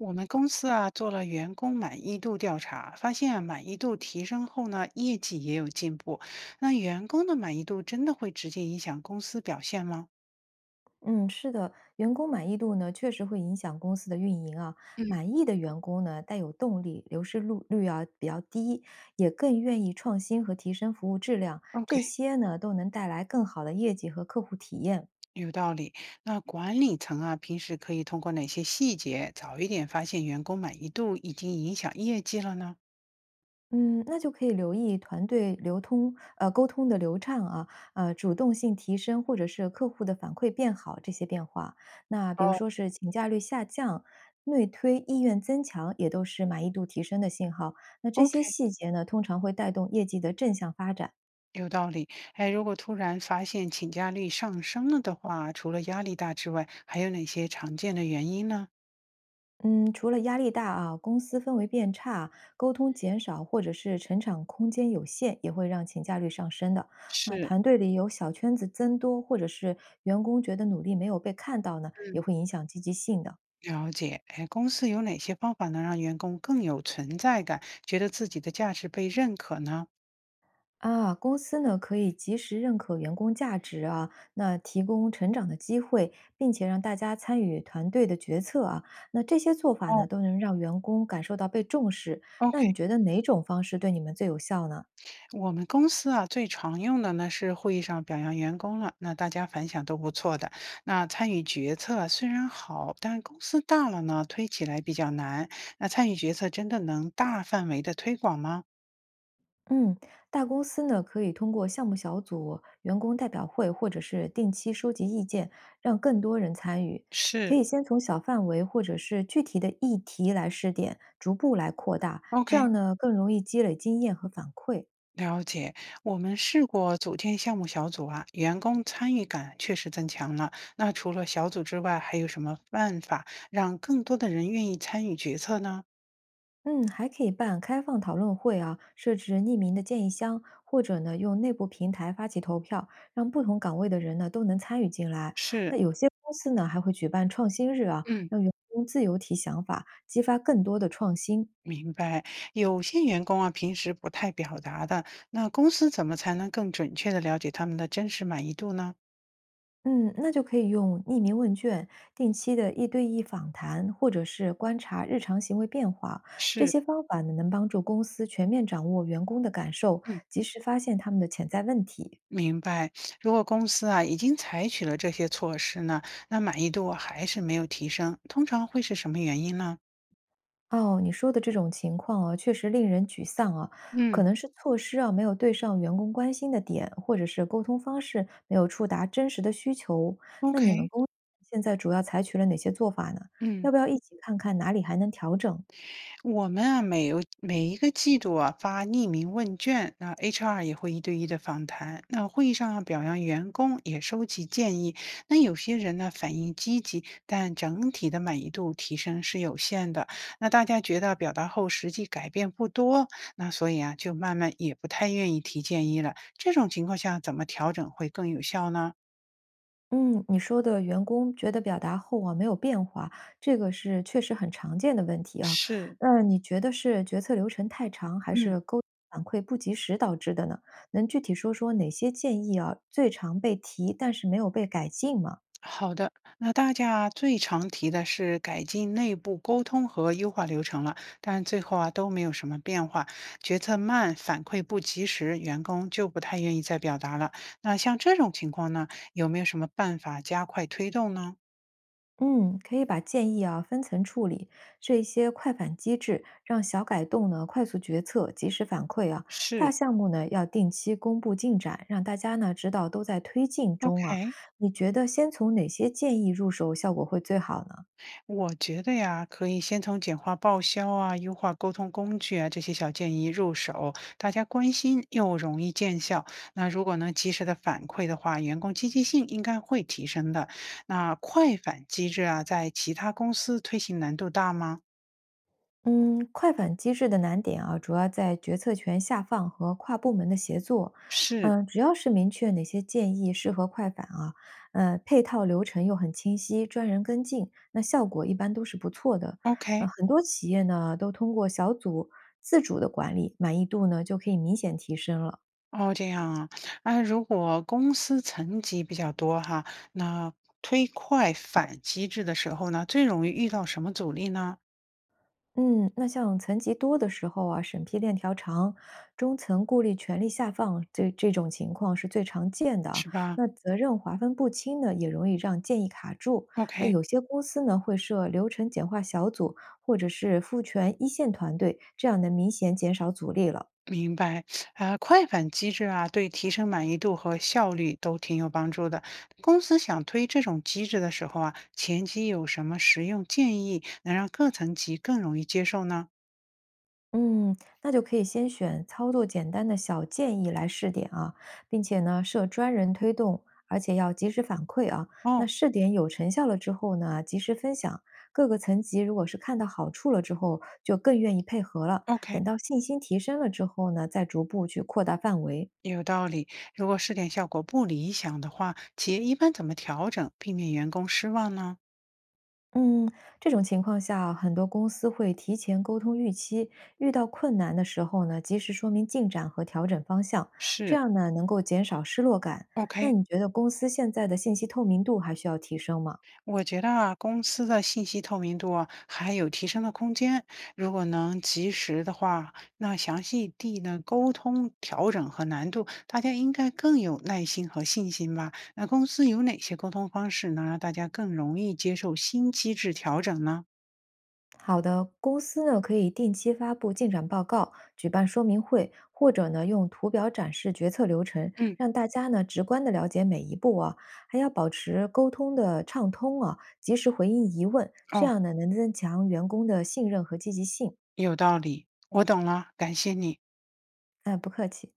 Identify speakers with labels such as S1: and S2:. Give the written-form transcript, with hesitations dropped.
S1: 我们公司啊做了员工满意度调查，发现啊满意度提升后呢，业绩也有进步。那员工的满意度真的会直接影响公司表现吗？
S2: 嗯，是的，员工满意度呢，确实会影响公司的运营啊。
S1: 嗯，
S2: 满意的员工呢，带有动力，流失率啊比较低，也更愿意创新和提升服务质量，
S1: ？OK，
S2: 这些呢都能带来更好的业绩和客户体验。
S1: 有道理。那管理层啊，平时可以通过哪些细节早一点发现员工满意度已经影响业绩了呢？
S2: 嗯，那就可以留意团队沟通的流畅啊，主动性提升，或者是客户的反馈变好这些变化。那比如
S1: 哦，
S2: 说是请假率下降、内推意愿增强，也都是满意度提升的信号。那这
S1: ？OK，
S2: 些细节呢，通常会带动业绩的正向发展。
S1: 有道理。哎，如果突然发现请假率上升了的话，除了压力大之外，还有哪些常见的原因呢？
S2: 嗯，除了压力大啊，公司氛围变差，沟通减少，或者是成长空间有限，也会让请假率上升的。那
S1: 是。
S2: 团队里有小圈子增多，或者是员工觉得努力没有被看到呢，也
S1: 嗯。
S2: 会影响积极性的。
S1: 了解，哎，公司有哪些方法能让员工更有存在感，觉得自己的价值被认可呢？
S2: 啊，公司呢可以及时认可员工价值啊，那提供成长的机会，并且让大家参与团队的决策啊，那这些做法
S1: 哦，
S2: 呢都能让员工感受到被重视。那
S1: OK，
S2: 你觉得哪种方式对你们最有效呢？
S1: 我们公司啊最常用的呢是会议上表扬员工了，那大家反响都不错的。那参与决策啊虽然好，但公司大了呢，推起来比较难。那参与决策真的能大范围的推广吗？
S2: 嗯，大公司呢可以通过项目小组、员工代表会，或者是定期收集意见，让更多人参与。可
S1: 是，
S2: 以先从小范围或者是具体的议题来试点，逐步来扩大，这
S1: ？OK，
S2: 样呢更容易积累经验和反馈。
S1: 了解，我们试过组建项目小组啊，员工参与感确实增强了。那除了小组之外，还有什么办法让更多的人愿意参与决策呢？
S2: 嗯，还可以办开放讨论会啊，设置匿名的建议箱，或者呢用内部平台发起投票，让不同岗位的人呢都能参与进来。
S1: 是，
S2: 那有些公司呢还会举办创新日啊，
S1: 嗯，
S2: 让员工自由提想法，激发更多的创新。
S1: 明白。有些员工啊，平时不太表达的，那公司怎么才能更准确的了解他们的真实满意度呢？
S2: 嗯，那就可以用匿名问卷、定期的一对一访谈，或者是观察日常行为变化。这
S1: 是，
S2: 些方法呢，能帮助公司全面掌握员工的感受，
S1: 嗯，
S2: 及时发现他们的潜在问题。
S1: 明白。如果公司啊已经采取了这些措施呢，那满意度啊还是没有提升，通常会是什么原因呢？
S2: 哦，你说的这种情况啊，确实令人沮丧啊。
S1: 嗯
S2: 可能是措施啊没有对上员工关心的点，或者是沟通方式没有触达真实的需求。那你们
S1: ，OK。
S2: 公司现在主要采取了哪些做法呢？
S1: 嗯，
S2: 要不要一起看看哪里还能调整啊？
S1: 我们啊，每一个季度啊发匿名问卷，那 HR 也会一对一的访谈。那会议上啊表扬员工，也收集建议。那有些人呢反应积极，但整体的满意度提升是有限的。那大家觉得表达后实际改变不多，那所以啊就慢慢也不太愿意提建议了。这种情况下怎么调整会更有效呢？
S2: 嗯，你说的员工觉得表达后啊没有变化，这个是确实很常见的问题啊。
S1: 是，
S2: 那你觉得是决策流程太长，还
S1: 嗯。
S2: 是沟通反馈不及时导致的呢？能具体说说哪些建议啊最常被提，但是没有被改进吗？
S1: 好的，那大家最常提的是改进内部沟通和优化流程了，但最后啊都没有什么变化，决策慢，反馈不及时，员工就不太愿意再表达了。那像这种情况呢，有没有什么办法加快推动呢？
S2: 嗯，可以把建议啊分层处理，这一些快反机制，让小改动呢快速决策、及时反馈啊。大
S1: 是，
S2: 项目呢要定期公布进展，让大家呢知道都在推进中啊。
S1: OK，
S2: 你觉得先从哪些建议入手效果会最好呢？
S1: 我觉得呀，可以先从简化报销啊、优化沟通工具啊这些小建议入手，大家关心又容易见效。那如果能及时的反馈的话，员工积极性应该会提升的。那快反机制啊，在其他公司推行难度大吗？
S2: 嗯，快反机制的难点啊，主要在决策权下放和跨部门的协作。
S1: 是
S2: 嗯，只要是明确哪些建议适合快反啊，配套流程又很清晰，专人跟进，那效果一般都是不错的。
S1: ，OK。
S2: 很多企业呢都通过小组自主的管理，满意度呢就可以明显提升了。
S1: 哦，这样啊，啊，如果公司层级比较多哈，那推快反机制的时候呢，最容易遇到什么阻力呢？
S2: 嗯，那像层级多的时候啊，审批链条长，中层顾虑权力下放，这种情况是最常见的啊。
S1: 是吧
S2: 那责任划分不清呢，也容易让建议卡住。那
S1: ？OK。
S2: 有些公司呢，会设流程简化小组，或者是赋权一线团队，这样能明显减少阻力了。
S1: 明白，啊，快反机制啊，对提升满意度和效率都挺有帮助的。公司想推这种机制的时候啊，前期有什么实用建议能让各层级更容易接受呢？
S2: 嗯，那就可以先选操作简单的小建议来试点啊，并且呢设专人推动，而且要及时反馈啊。那
S1: 哦
S2: 试点有成效了之后呢，及时分享，各个层级如果是看到好处了之后，就更愿意配合了。
S1: ，OK，
S2: 等到信心提升了之后呢，再逐步去扩大范围。
S1: 有道理。如果试点效果不理想的话，企业一般怎么调整，避免员工失望呢？
S2: 嗯，这种情况下，很多公司会提前沟通预期，遇到困难的时候呢，及时说明进展和调整方向，这
S1: 是
S2: 样呢，能够减少失落感。那
S1: ，OK。
S2: 你觉得公司现在的信息透明度还需要提升吗？
S1: 我觉得啊，公司的信息透明度啊，还有提升的空间。如果能及时的话，那详细地呢沟通调整和难度，大家应该更有耐心和信心吧？那公司有哪些沟通方式能让大家更容易接受新机制调整呢？
S2: 好的，公司呢可以定期发布进展报告，举办说明会，或者呢用图表展示决策流程，
S1: 嗯，
S2: 让大家呢直观的了解每一步啊，还要保持沟通的畅通啊，及时回应疑问，这
S1: 哦，
S2: 样呢能增强员工的信任和积极性。
S1: 有道理，我懂了，感谢你。
S2: 哎，不客气。